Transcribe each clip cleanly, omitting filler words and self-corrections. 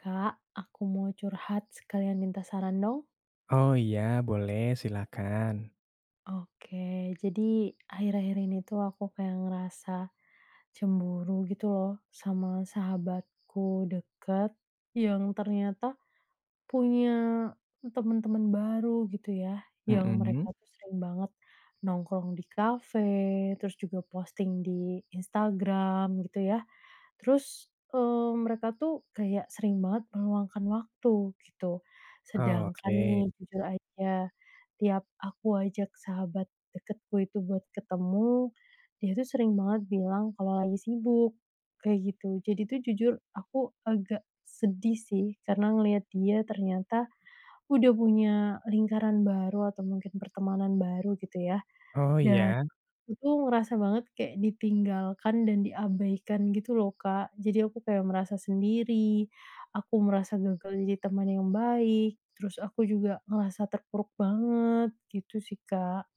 Kak, aku mau curhat sekalian minta saran dong. Oh iya, boleh silakan. Oke, jadi akhir-akhir ini tuh aku kayak ngerasa cemburu gitu loh sama sahabatku deket yang ternyata punya teman-teman baru gitu ya, yang mereka Mhm. tuh sering banget nongkrong di kafe, terus juga posting di Instagram gitu ya. Terus, mereka tuh kayak sering banget meluangkan waktu gitu. Sedangkan nih Oke. jujur aja, tiap aku ajak sahabat deketku itu buat ketemu, dia tuh sering banget bilang kalau lagi sibuk, kayak gitu. Jadi tuh jujur aku agak sedih sih karena ngelihat dia ternyata udah punya lingkaran baru atau mungkin pertemanan baru gitu ya, Oh dan iya? aku tuh ngerasa banget kayak ditinggalkan dan diabaikan gitu loh, Kak. Jadi aku kayak merasa sendiri, aku merasa gagal jadi teman yang baik, terus aku juga ngerasa terpuruk banget gitu sih, Kak.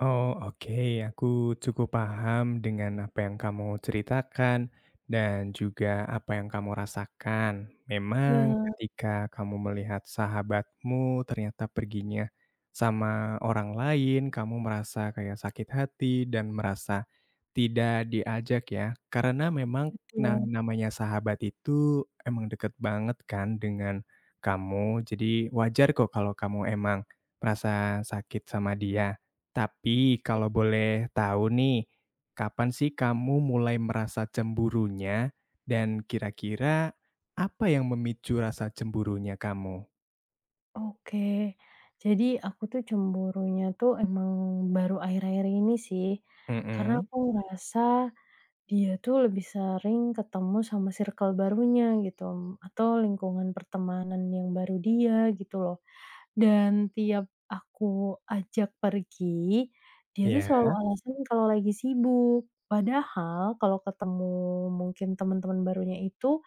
Oh, oke. Aku cukup paham dengan apa yang kamu ceritakan dan juga apa yang kamu rasakan. Memang Iya, ketika kamu melihat sahabatmu ternyata perginya sama orang lain, kamu merasa kayak sakit hati dan merasa tidak diajak ya. Karena memang betul. namanya sahabat itu emang deket banget kan dengan kamu. Jadi wajar kok kalau kamu emang merasa sakit sama dia. Tapi kalau boleh tahu nih, kapan sih kamu mulai merasa cemburunya dan kira-kira apa yang memicu rasa cemburunya kamu? Oke. Jadi aku tuh cemburunya tuh emang baru akhir-akhir ini sih, karena Mhm, aku ngerasa dia tuh lebih sering ketemu sama circle barunya gitu, atau lingkungan pertemanan yang baru dia gitu loh. Dan tiap aku ajak pergi, dia tuh ya. selalu Mhm. alasan kalau lagi sibuk. Padahal kalau ketemu mungkin teman-teman barunya itu,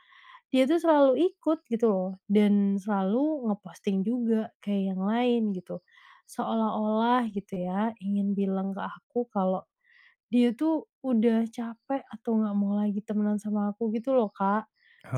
dia tuh selalu ikut gitu loh, dan selalu ngeposting juga kayak yang lain gitu. Seolah-olah gitu ya, ingin bilang ke aku kalau dia tuh udah capek atau nggak mau lagi temenan sama aku gitu loh, Kak.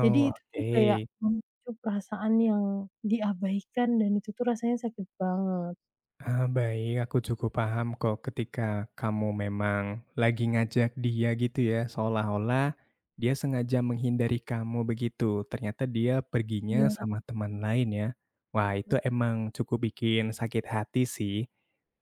Jadi itu tuh kayak oke. memicu perasaan yang diabaikan dan itu tuh rasanya sakit banget. Ah, baik, aku cukup paham kok ketika kamu memang lagi ngajak dia gitu ya, seolah-olah dia sengaja menghindari kamu begitu. Ternyata dia perginya Iya, sama teman lain ya. Wah, itu betul. emang cukup bikin sakit hati sih.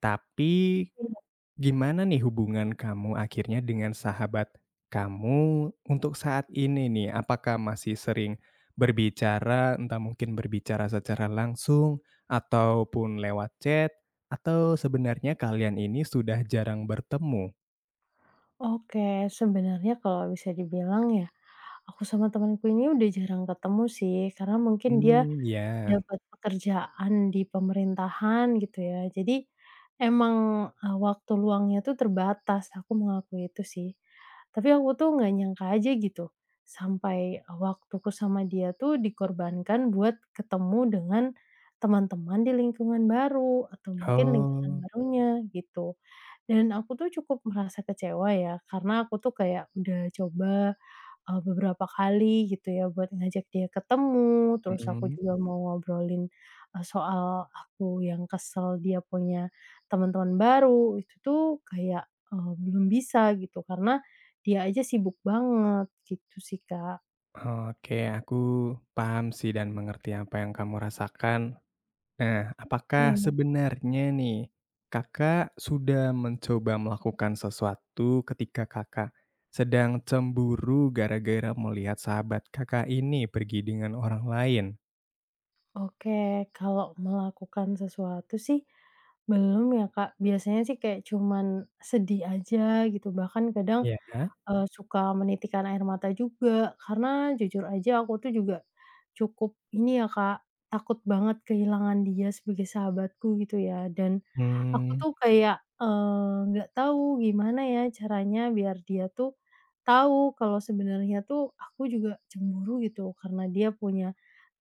Tapi Iya. gimana nih hubungan kamu akhirnya dengan sahabat kamu untuk saat ini nih? Apakah masih sering berbicara, entah mungkin berbicara secara langsung ataupun lewat chat, atau sebenarnya kalian ini sudah jarang bertemu? Oke, sebenarnya kalau bisa dibilang ya, aku sama temanku ini udah jarang ketemu sih, karena mungkin dia Hmm, ya. dapat pekerjaan di pemerintahan gitu ya. Jadi emang, waktu luangnya tuh terbatas, aku mengakui itu sih. Tapi aku tuh nggak nyangka aja gitu, sampai waktuku sama dia tuh dikorbankan buat ketemu dengan teman-teman di lingkungan baru atau mungkin lingkungan Oh, barunya gitu. Dan aku tuh cukup merasa kecewa ya, karena aku tuh kayak udah coba beberapa kali gitu ya buat ngajak dia ketemu, terus aku mhm. juga mau ngobrolin, soal aku yang kesel dia punya teman-teman baru, itu tuh kayak, belum bisa gitu karena dia aja sibuk banget gitu sih, Kak. Oke, aku paham sih dan mengerti apa yang kamu rasakan. Nah, apakah Iya. sebenarnya nih, Kakak sudah mencoba melakukan sesuatu ketika Kakak sedang cemburu gara-gara melihat sahabat Kakak ini pergi dengan orang lain? Oke, kalau melakukan sesuatu sih belum ya, Kak. Biasanya sih kayak cuman sedih aja gitu, bahkan kadang Iya. Ya? Suka menitikkan air mata juga, karena jujur aja aku tuh juga cukup ini ya, Kak, takut banget kehilangan dia sebagai sahabatku gitu ya, dan aku Mmm. tuh kayak, nggak tahu gimana ya caranya biar dia tuh tahu kalau sebenarnya tuh aku juga cemburu gitu, karena dia punya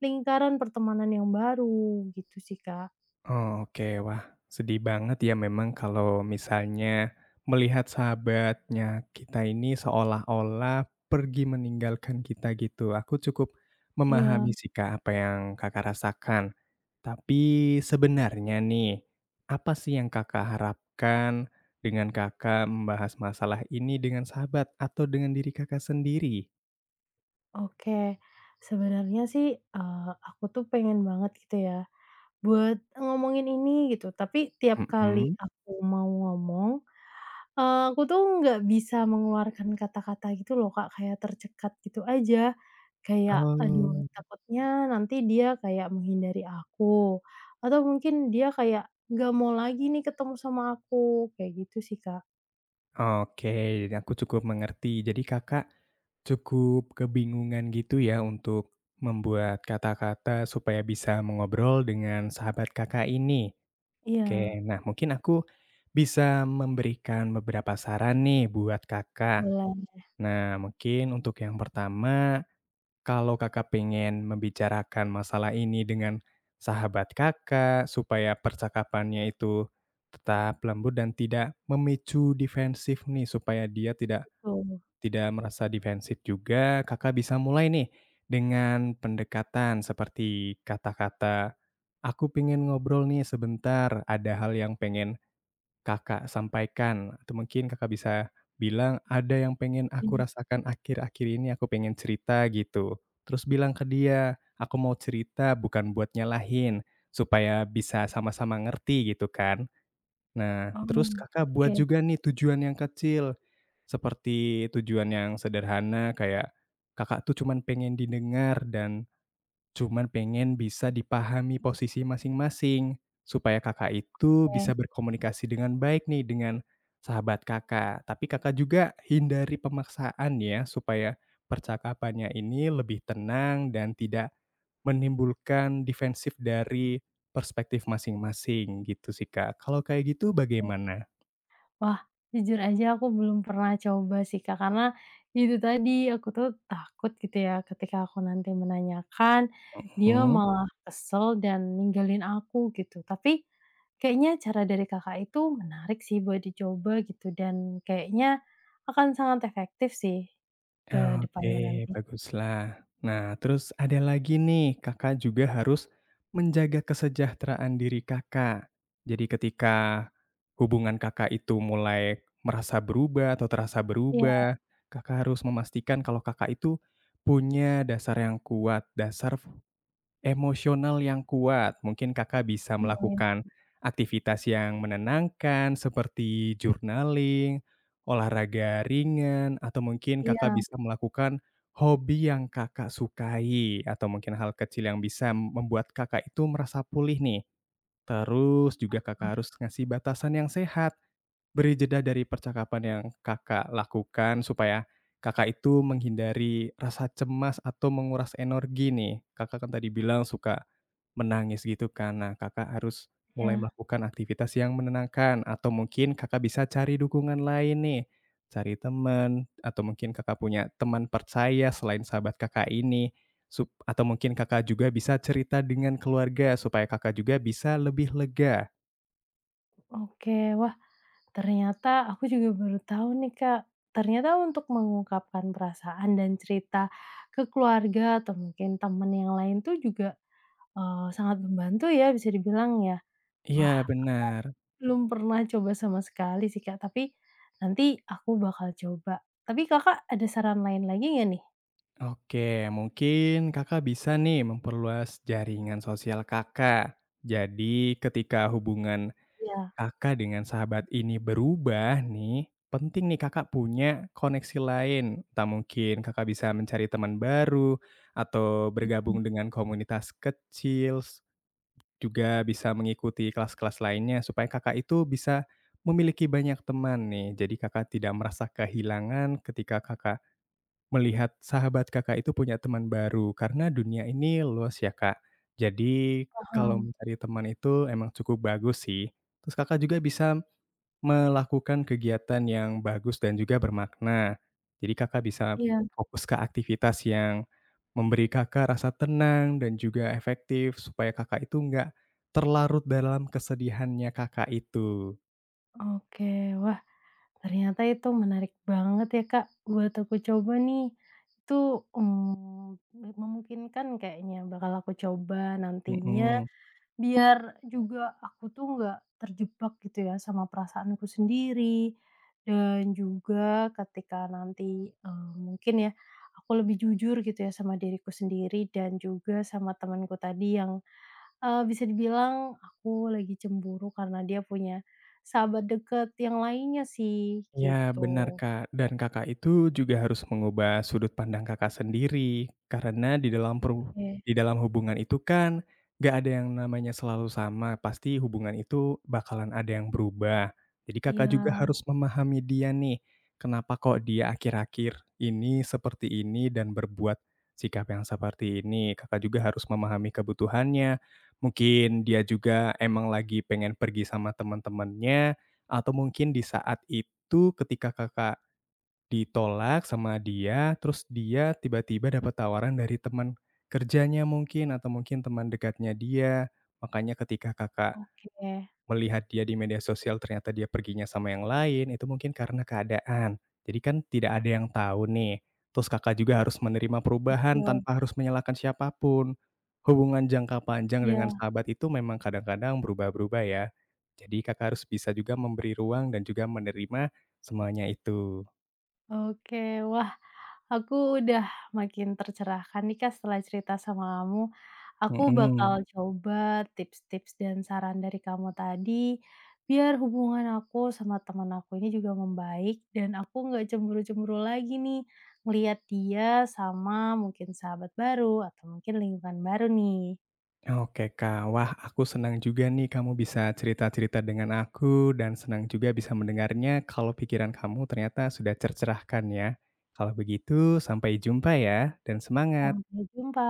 lingkaran pertemanan yang baru gitu sih, Kak. Oh, oke. Wah, sedih banget ya memang kalau misalnya melihat sahabatnya kita ini seolah-olah pergi meninggalkan kita gitu. Aku cukup Iya. memahami sih, Kak, apa yang Kakak rasakan. Tapi sebenarnya nih, apa sih yang Kakak harapkan dengan Kakak membahas masalah ini dengan sahabat atau dengan diri Kakak sendiri? Oke, sebenarnya sih, aku tuh pengen banget gitu ya, buat ngomongin ini gitu, tapi tiap kali Mhm. aku mau ngomong, aku tuh nggak bisa mengeluarkan kata-kata gitu loh Kak, kayak tercekat gitu aja. Kayak, aduh, Oh. takutnya nanti dia kayak menghindari aku, atau mungkin dia kayak nggak mau lagi nih ketemu sama aku, kayak gitu sih Kak. Oke, jadi aku cukup mengerti. Jadi Kakak cukup kebingungan gitu ya untuk membuat kata-kata supaya bisa mengobrol dengan sahabat Kakak ini. Iya, Oke, nah mungkin aku bisa memberikan beberapa saran nih buat Kakak. boleh, Nah, mungkin untuk yang pertama kalau Kakak pengen membicarakan masalah ini dengan sahabat Kakak, supaya percakapannya itu tetap lembut dan tidak memicu defensif nih, supaya dia tidak tuh. tidak merasa defensif juga, Kakak bisa mulai nih dengan pendekatan seperti kata-kata, "Aku pengen ngobrol nih sebentar, ada hal yang pengen Kakak sampaikan atau mungkin Kakak bisa bilang, "Ada yang pengen aku rasakan akhir-akhir ini, aku pengen cerita," gitu. Terus bilang ke dia, "Aku mau cerita bukan buat nyalahin," supaya bisa sama-sama ngerti gitu kan. Nah, terus Oh, Kakak buat oke juga nih tujuan yang kecil, seperti tujuan yang sederhana kayak Kakak tuh cuman pengen didengar dan cuman pengen bisa dipahami posisi masing-masing, supaya Kakak itu bisa oke. berkomunikasi dengan baik nih dengan sahabat Kakak. Tapi Kakak juga hindari pemaksaan ya, supaya percakapannya ini lebih tenang dan tidak menimbulkan defensif dari perspektif masing-masing gitu sih, Kak. Kalau kayak gitu bagaimana? Wah, jujur aja aku belum pernah coba sih, Kak, karena itu tadi, aku tuh takut gitu ya ketika aku nanti menanyakan, dia Mhm. malah kesel dan ninggalin aku gitu. Tapi kayaknya cara dari Kakak itu menarik sih buat dicoba gitu dan kayaknya akan sangat efektif sih ke depannya Mmm. Oke, nanti. baguslah. Nah, terus ada lagi nih, Kakak juga harus menjaga kesejahteraan diri Kakak. Jadi ketika hubungan Kakak itu mulai merasa berubah atau terasa Iya, berubah, Kakak harus memastikan kalau Kakak itu punya dasar yang kuat, dasar emosional yang kuat, mungkin Kakak bisa lumayan. melakukan aktivitas yang menenangkan seperti journaling, olahraga ringan, atau mungkin Kakak Iya, bisa melakukan hobi yang Kakak sukai, atau mungkin hal kecil yang bisa membuat Kakak itu merasa pulih nih. Terus juga Kakak harus ngasih batasan yang sehat. Beri jeda dari percakapan yang Kakak lakukan supaya Kakak itu menghindari rasa cemas atau menguras energi nih. Kakak kan tadi bilang suka menangis gitu kan. Nah, Kakak harus mulai makanya. melakukan aktivitas yang menenangkan atau mungkin Kakak bisa cari dukungan lain nih. Cari teman, atau mungkin Kakak punya teman percaya selain sahabat Kakak ini, atau mungkin Kakak juga bisa cerita dengan keluarga supaya Kakak juga bisa lebih lega. Oke, wah ternyata aku juga baru tahu nih Kak, ternyata untuk mengungkapkan perasaan dan cerita ke keluarga atau mungkin teman yang lain tuh juga, sangat membantu ya bisa dibilang ya. Iya Wah, aku benar. belum pernah coba sama sekali sih Kak, tapi nanti aku bakal coba. Tapi Kakak ada saran lain lagi nggak nih? Oke, mungkin Kakak bisa nih memperluas jaringan sosial Kakak. Jadi ketika hubungan Iya, Kakak dengan sahabat ini berubah nih, penting nih Kakak punya koneksi lain. Tak mungkin Kakak bisa mencari teman baru atau bergabung dengan komunitas kecil, juga bisa mengikuti kelas-kelas lainnya supaya Kakak itu bisa memiliki banyak teman nih. Jadi Kakak tidak merasa kehilangan ketika Kakak melihat sahabat Kakak itu punya teman baru, karena dunia ini luas ya, Kak. Jadi kalau paham. mencari teman itu emang cukup bagus sih. Terus Kakak juga bisa melakukan kegiatan yang bagus dan juga bermakna. Jadi Kakak bisa Iya. fokus ke aktivitas yang memberi Kakak rasa tenang dan juga efektif supaya Kakak itu nggak terlarut dalam kesedihannya Kakak itu, Oke, wah ternyata itu menarik banget ya Kak, buat aku coba nih. Itu, mmm, memungkinkan kayaknya bakal aku coba nantinya, mhm. biar juga aku tuh nggak terjebak gitu ya sama perasaanku sendiri, dan juga ketika nanti, mungkin ya, aku lebih jujur gitu ya sama diriku sendiri dan juga sama temanku tadi yang bisa dibilang aku lagi cemburu karena dia punya sahabat deket yang lainnya sih, Iya benar, gitu. Kak, dan Kakak itu juga harus mengubah sudut pandang Kakak sendiri, karena Oke. di dalam hubungan itu kan gak ada yang namanya selalu sama, pasti hubungan itu bakalan ada yang berubah. Jadi Kakak juga Iya, harus memahami dia nih, kenapa kok dia akhir-akhir ini seperti ini dan berbuat sikap yang seperti ini. Kakak juga harus memahami kebutuhannya, mungkin dia juga emang lagi pengen pergi sama teman-temannya atau mungkin di saat itu ketika Kakak ditolak sama dia, terus dia tiba-tiba dapat tawaran dari teman kerjanya mungkin, atau mungkin teman dekatnya dia, makanya ketika Kakak oke. melihat dia di media sosial ternyata dia perginya sama yang lain, itu mungkin karena keadaan. Jadi kan tidak ada yang tahu nih. Terus Kakak juga harus menerima perubahan Betul. tanpa harus menyalahkan siapapun. Hubungan jangka panjang dengan Iya, sahabat itu memang kadang-kadang berubah-berubah ya. Jadi Kakak harus bisa juga memberi ruang dan juga menerima semuanya itu. oke. Wah, aku udah makin tercerahkan nih, Kak, setelah cerita sama kamu. Aku bakal Mhm. coba tips-tips dan saran dari kamu tadi, biar hubungan aku sama teman aku ini juga membaik dan aku nggak cemburu-cemburu lagi nih, ngelihat dia sama mungkin sahabat baru atau mungkin lingkungan baru nih. Oke Kak, wah aku senang juga nih kamu bisa cerita-cerita dengan aku dan senang juga bisa mendengarnya kalau pikiran kamu ternyata sudah tercerahkan ya. Kalau begitu sampai jumpa ya dan semangat. Sampai jumpa.